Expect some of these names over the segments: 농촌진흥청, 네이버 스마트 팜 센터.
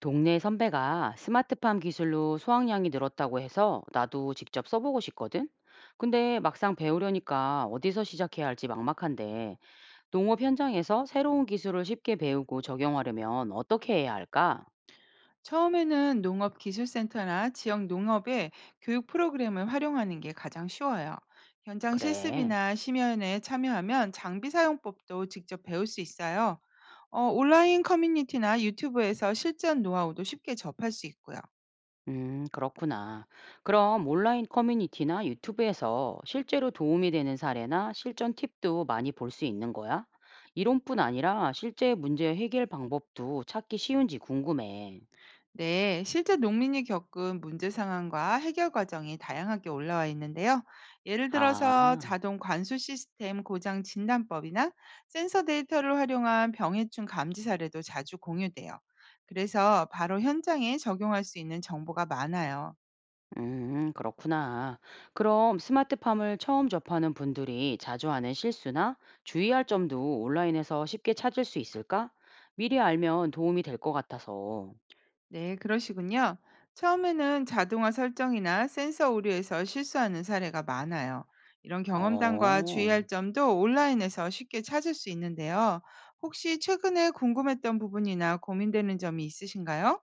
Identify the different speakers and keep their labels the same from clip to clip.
Speaker 1: 동네 선배가 스마트팜 기술로 수확량이 늘었다고 해서 나도 직접 써보고 싶거든? 근데 막상 배우려니까 어디서 시작해야 할지 막막한데, 농업 현장에서 새로운 기술을 쉽게 배우고 적용하려면 어떻게 해야 할까?
Speaker 2: 처음에는 농업기술센터나 지역 농업의 교육 프로그램을 활용하는 게 가장 쉬워요. 현장
Speaker 1: 그래.
Speaker 2: 실습이나 심연에 참여하면 장비 사용법도 직접 배울 수 있어요. 온라인 커뮤니티나 유튜브에서 실전 노하우도 쉽게 접할 수 있고요.
Speaker 1: 그렇구나. 그럼 온라인 커뮤니티나 유튜브에서 실제로 도움이 되는 사례나 실전 팁도 많이 볼 수 있는 거야? 이론뿐 아니라 실제 문제 해결 방법도 찾기 쉬운지 궁금해.
Speaker 2: 네, 실제 농민이 겪은 문제 상황과 해결 과정이 다양하게 올라와 있는데요. 예를 들어서
Speaker 1: 아.
Speaker 2: 자동 관수 시스템 고장 진단법이나 센서 데이터를 활용한 병해충 감지 사례도 자주 공유돼요. 그래서 바로 현장에 적용할 수 있는 정보가 많아요.
Speaker 1: 그렇구나. 그럼 스마트팜을 처음 접하는 분들이 자주 하는 실수나 주의할 점도 온라인에서 쉽게 찾을 수 있을까? 미리 알면 도움이 될 것 같아서.
Speaker 2: 네, 그러시군요. 처음에는 자동화 설정이나 센서 오류에서 실수하는 사례가 많아요. 이런 경험담과
Speaker 1: 어,
Speaker 2: 주의할 점도 온라인에서 쉽게 찾을 수 있는데요. 혹시 최근에 궁금했던 부분이나 고민되는 점이 있으신가요?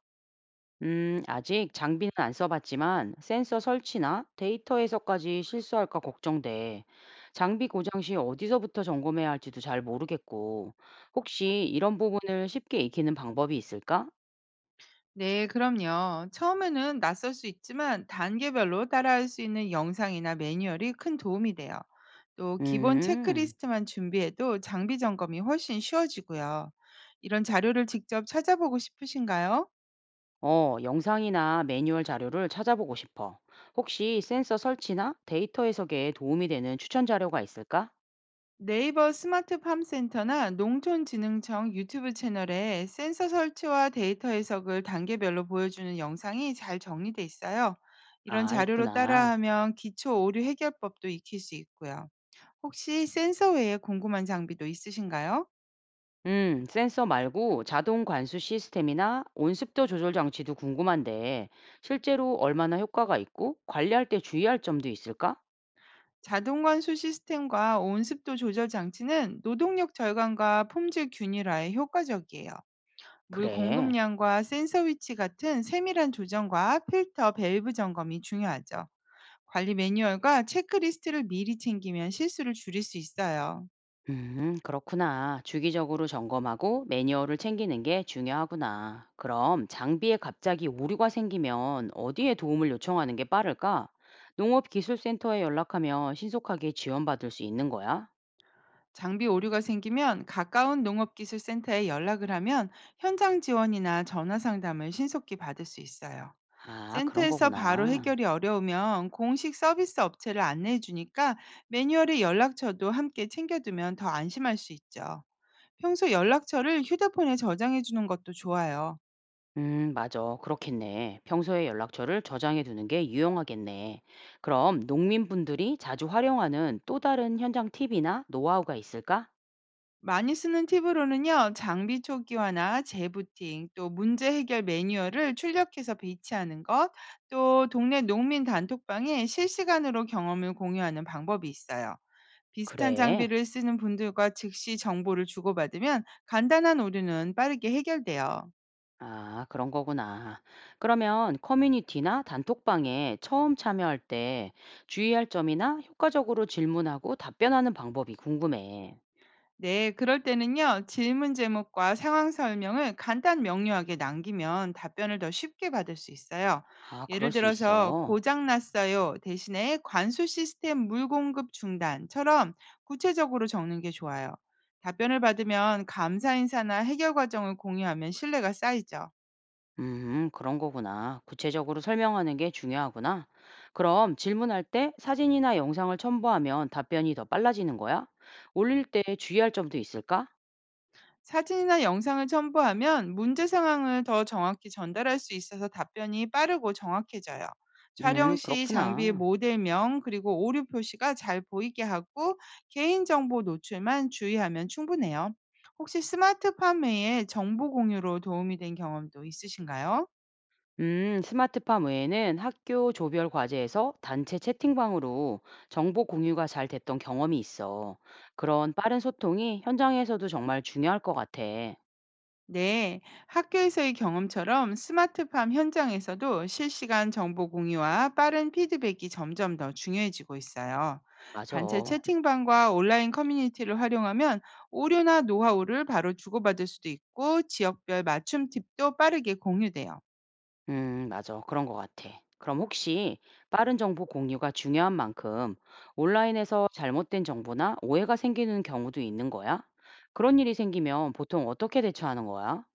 Speaker 1: 아직 장비는 안 써봤지만 센서 설치나 데이터 해석까지 실수할까 걱정돼. 장비 고장 시 어디서부터 점검해야 할지도 잘 모르겠고, 혹시 이런 부분을 쉽게 익히는 방법이 있을까?
Speaker 2: 네, 그럼요. 처음에는 낯설 수 있지만 단계별로 따라할 수 있는 영상이나 매뉴얼이 큰 도움이 돼요. 또 기본
Speaker 1: 음.
Speaker 2: 체크리스트만 준비해도 장비 점검이 훨씬 쉬워지고요. 이런 자료를 직접 찾아보고 싶으신가요?
Speaker 1: 어, 영상이나 매뉴얼 자료를 찾아보고 싶어. 혹시 센서 설치나 데이터 해석에 도움이 되는 추천 자료가 있을까?
Speaker 2: 네이버 스마트 팜 센터나 농촌진흥청 유튜브 채널에 센서 설치와 데이터 해석을 단계별로 보여주는 영상이 잘 정리돼 있어요. 이런
Speaker 1: 아,
Speaker 2: 자료로
Speaker 1: 있구나.
Speaker 2: 따라하면 기초 오류 해결법도 익힐 수 있고요. 혹시 센서 외에 궁금한 장비도 있으신가요?
Speaker 1: 센서 말고 자동 관수 시스템이나 온습도 조절 장치도 궁금한데, 실제로 얼마나 효과가 있고 관리할 때 주의할 점도 있을까?
Speaker 2: 자동 관수 시스템과 온습도 조절 장치는 노동력 절감과 품질 균일화에 효과적이에요. 물
Speaker 1: 그래.
Speaker 2: 공급량과 센서 위치 같은 세밀한 조정과 필터 밸브 점검이 중요하죠. 관리 매뉴얼과 체크리스트를 미리 챙기면 실수를 줄일 수 있어요.
Speaker 1: 그렇구나. 주기적으로 점검하고 매뉴얼을 챙기는 게 중요하구나. 그럼 장비에 갑자기 오류가 생기면 어디에 도움을 요청하는 게 빠를까? 농업기술센터에 연락하면 신속하게 지원받을 수 있는 거야?
Speaker 2: 장비 오류가 생기면 가까운 농업기술센터에 연락을 하면 현장 지원이나 전화 상담을 신속히 받을 수 있어요.
Speaker 1: 아, 그런
Speaker 2: 센터에서 바로
Speaker 1: 거구나.
Speaker 2: 해결이 어려우면 공식 서비스 업체를 안내해 주니까 매뉴얼의 연락처도 함께 챙겨두면 더 안심할 수 있죠. 평소 연락처를 휴대폰에 저장해 주는 것도 좋아요.
Speaker 1: 맞아. 그렇겠네. 평소에 연락처를 저장해 두는 게 유용하겠네. 그럼 농민분들이 자주 활용하는 또 다른 현장 팁이나 노하우가 있을까?
Speaker 2: 많이 쓰는 팁으로는요, 장비 초기화나 재부팅, 또 문제 해결 매뉴얼을 출력해서 배치하는 것, 또 동네 농민 단톡방에 실시간으로 경험을 공유하는 방법이 있어요. 비슷한
Speaker 1: 그래.
Speaker 2: 장비를 쓰는 분들과 즉시 정보를 주고받으면 간단한 오류는 빠르게 해결돼요.
Speaker 1: 아, 그런 거구나. 그러면 커뮤니티나 단톡방에 처음 참여할 때 주의할 점이나 효과적으로 질문하고 답변하는 방법이 궁금해.
Speaker 2: 네, 그럴 때는요, 질문 제목과 상황 설명을 간단 명료하게 남기면 답변을 더 쉽게 받을 수 있어요.
Speaker 1: 아, 그럴
Speaker 2: 예를
Speaker 1: 수
Speaker 2: 들어서,
Speaker 1: 있어.
Speaker 2: 고장났어요 대신에 관수 시스템 물공급 중단처럼 구체적으로 적는 게 좋아요. 답변을 받으면 감사 인사나 해결 과정을 공유하면 신뢰가 쌓이죠.
Speaker 1: 그런 거구나. 구체적으로 설명하는 게 중요하구나. 그럼 질문할 때 사진이나 영상을 첨부하면 답변이 더 빨라지는 거야? 올릴 때 주의할 점도 있을까?
Speaker 2: 사진이나 영상을 첨부하면 문제 상황을 더 정확히 전달할 수 있어서 답변이 빠르고 정확해져요. 촬영 시 장비의
Speaker 1: 그렇구나.
Speaker 2: 모델명 그리고 오류 표시가 잘 보이게 하고 개인정보 노출만 주의하면 충분해요. 혹시 스마트팜 외에 정보 공유로 도움이 된 경험도 있으신가요?
Speaker 1: 스마트팜 외에는 학교 조별 과제에서 단체 채팅방으로 정보 공유가 잘 됐던 경험이 있어. 그런 빠른 소통이 현장에서도 정말 중요할 것 같아.
Speaker 2: 네, 학교에서의 경험처럼 스마트팜 현장에서도 실시간 정보 공유와 빠른 피드백이 점점 더 중요해지고 있어요. 단체
Speaker 1: 맞아.
Speaker 2: 채팅방과 온라인 커뮤니티를 활용하면 오류나 노하우를 바로 주고받을 수도 있고 지역별 맞춤 팁도 빠르게 공유돼요.
Speaker 1: 맞아. 그런 것 같아. 그럼 혹시 빠른 정보 공유가 중요한 만큼 온라인에서 잘못된 정보나 오해가 생기는 경우도 있는 거야? 그런 일이 생기면 보통 어떻게 대처하는 거야?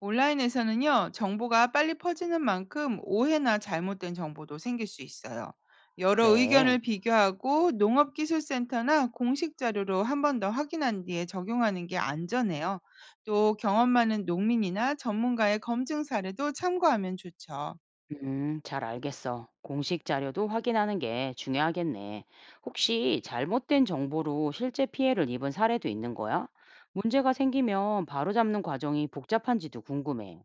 Speaker 2: 온라인에서는요, 정보가 빨리 퍼지는 만큼 오해나 잘못된 정보도 생길 수 있어요. 여러
Speaker 1: 그래.
Speaker 2: 의견을 비교하고 농업기술센터나 공식 자료로 한 번 더 확인한 뒤에 적용하는 게 안전해요. 또 경험 많은 농민이나 전문가의 검증 사례도 참고하면 좋죠.
Speaker 1: 잘 알겠어. 공식 자료도 확인하는 게 중요하겠네. 혹시 잘못된 정보로 실제 피해를 입은 사례도 있는 거야? 문제가 생기면 바로잡는 과정이 복잡한지도 궁금해.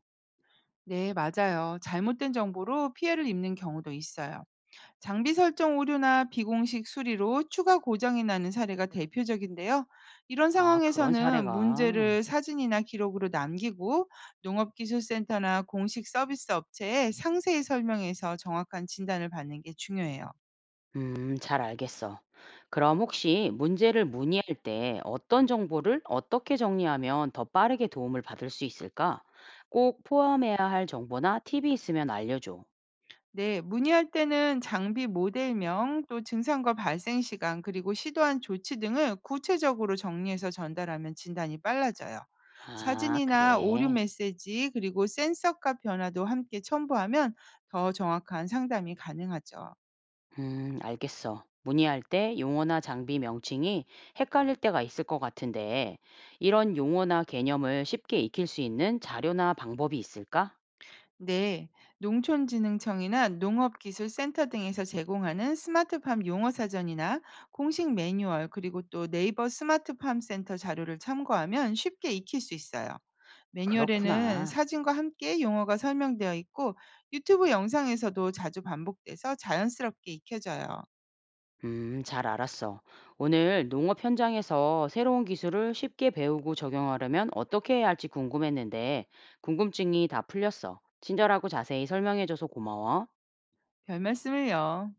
Speaker 2: 네, 맞아요. 잘못된 정보로 피해를 입는 경우도 있어요. 장비 설정 오류나 비공식 수리로 추가 고장이 나는 사례가 대표적인데요. 이런
Speaker 1: 아, 그런
Speaker 2: 상황에서는
Speaker 1: 사례가.
Speaker 2: 문제를 사진이나 기록으로 남기고 농업기술센터나 공식 서비스 업체에 상세히 설명해서 정확한 진단을 받는 게 중요해요.
Speaker 1: 잘 알겠어. 그럼 혹시 문제를 문의할 때 어떤 정보를 어떻게 정리하면 더 빠르게 도움을 받을 수 있을까? 꼭 포함해야 할 정보나 팁이 있으면 알려줘.
Speaker 2: 네, 문의할 때는 장비 모델명, 또 증상과 발생 시간, 그리고 시도한 조치 등을 구체적으로 정리해서 전달하면 진단이 빨라져요.
Speaker 1: 아,
Speaker 2: 사진이나 오류
Speaker 1: 그래.
Speaker 2: 메시지, 그리고 센서값 변화도 함께 첨부하면 더 정확한 상담이 가능하죠.
Speaker 1: 알겠어. 문의할 때 용어나 장비 명칭이 헷갈릴 때가 있을 것 같은데, 이런 용어나 개념을 쉽게 익힐 수 있는 자료나 방법이 있을까?
Speaker 2: 네, 농촌진흥청이나 농업기술센터 등에서 제공하는 스마트팜 용어 사전이나 공식 매뉴얼, 그리고 또 네이버 스마트팜 센터 자료를 참고하면 쉽게 익힐 수 있어요. 매뉴얼에는
Speaker 1: 그렇구나.
Speaker 2: 사진과 함께 용어가 설명되어 있고 유튜브 영상에서도 자주 반복돼서 자연스럽게 익혀져요.
Speaker 1: 잘 알았어. 오늘 농업 현장에서 새로운 기술을 쉽게 배우고 적용하려면 어떻게 해야 할지 궁금했는데, 궁금증이 다 풀렸어. 친절하고 자세히 설명해줘서 고마워.
Speaker 2: 별 말씀을요.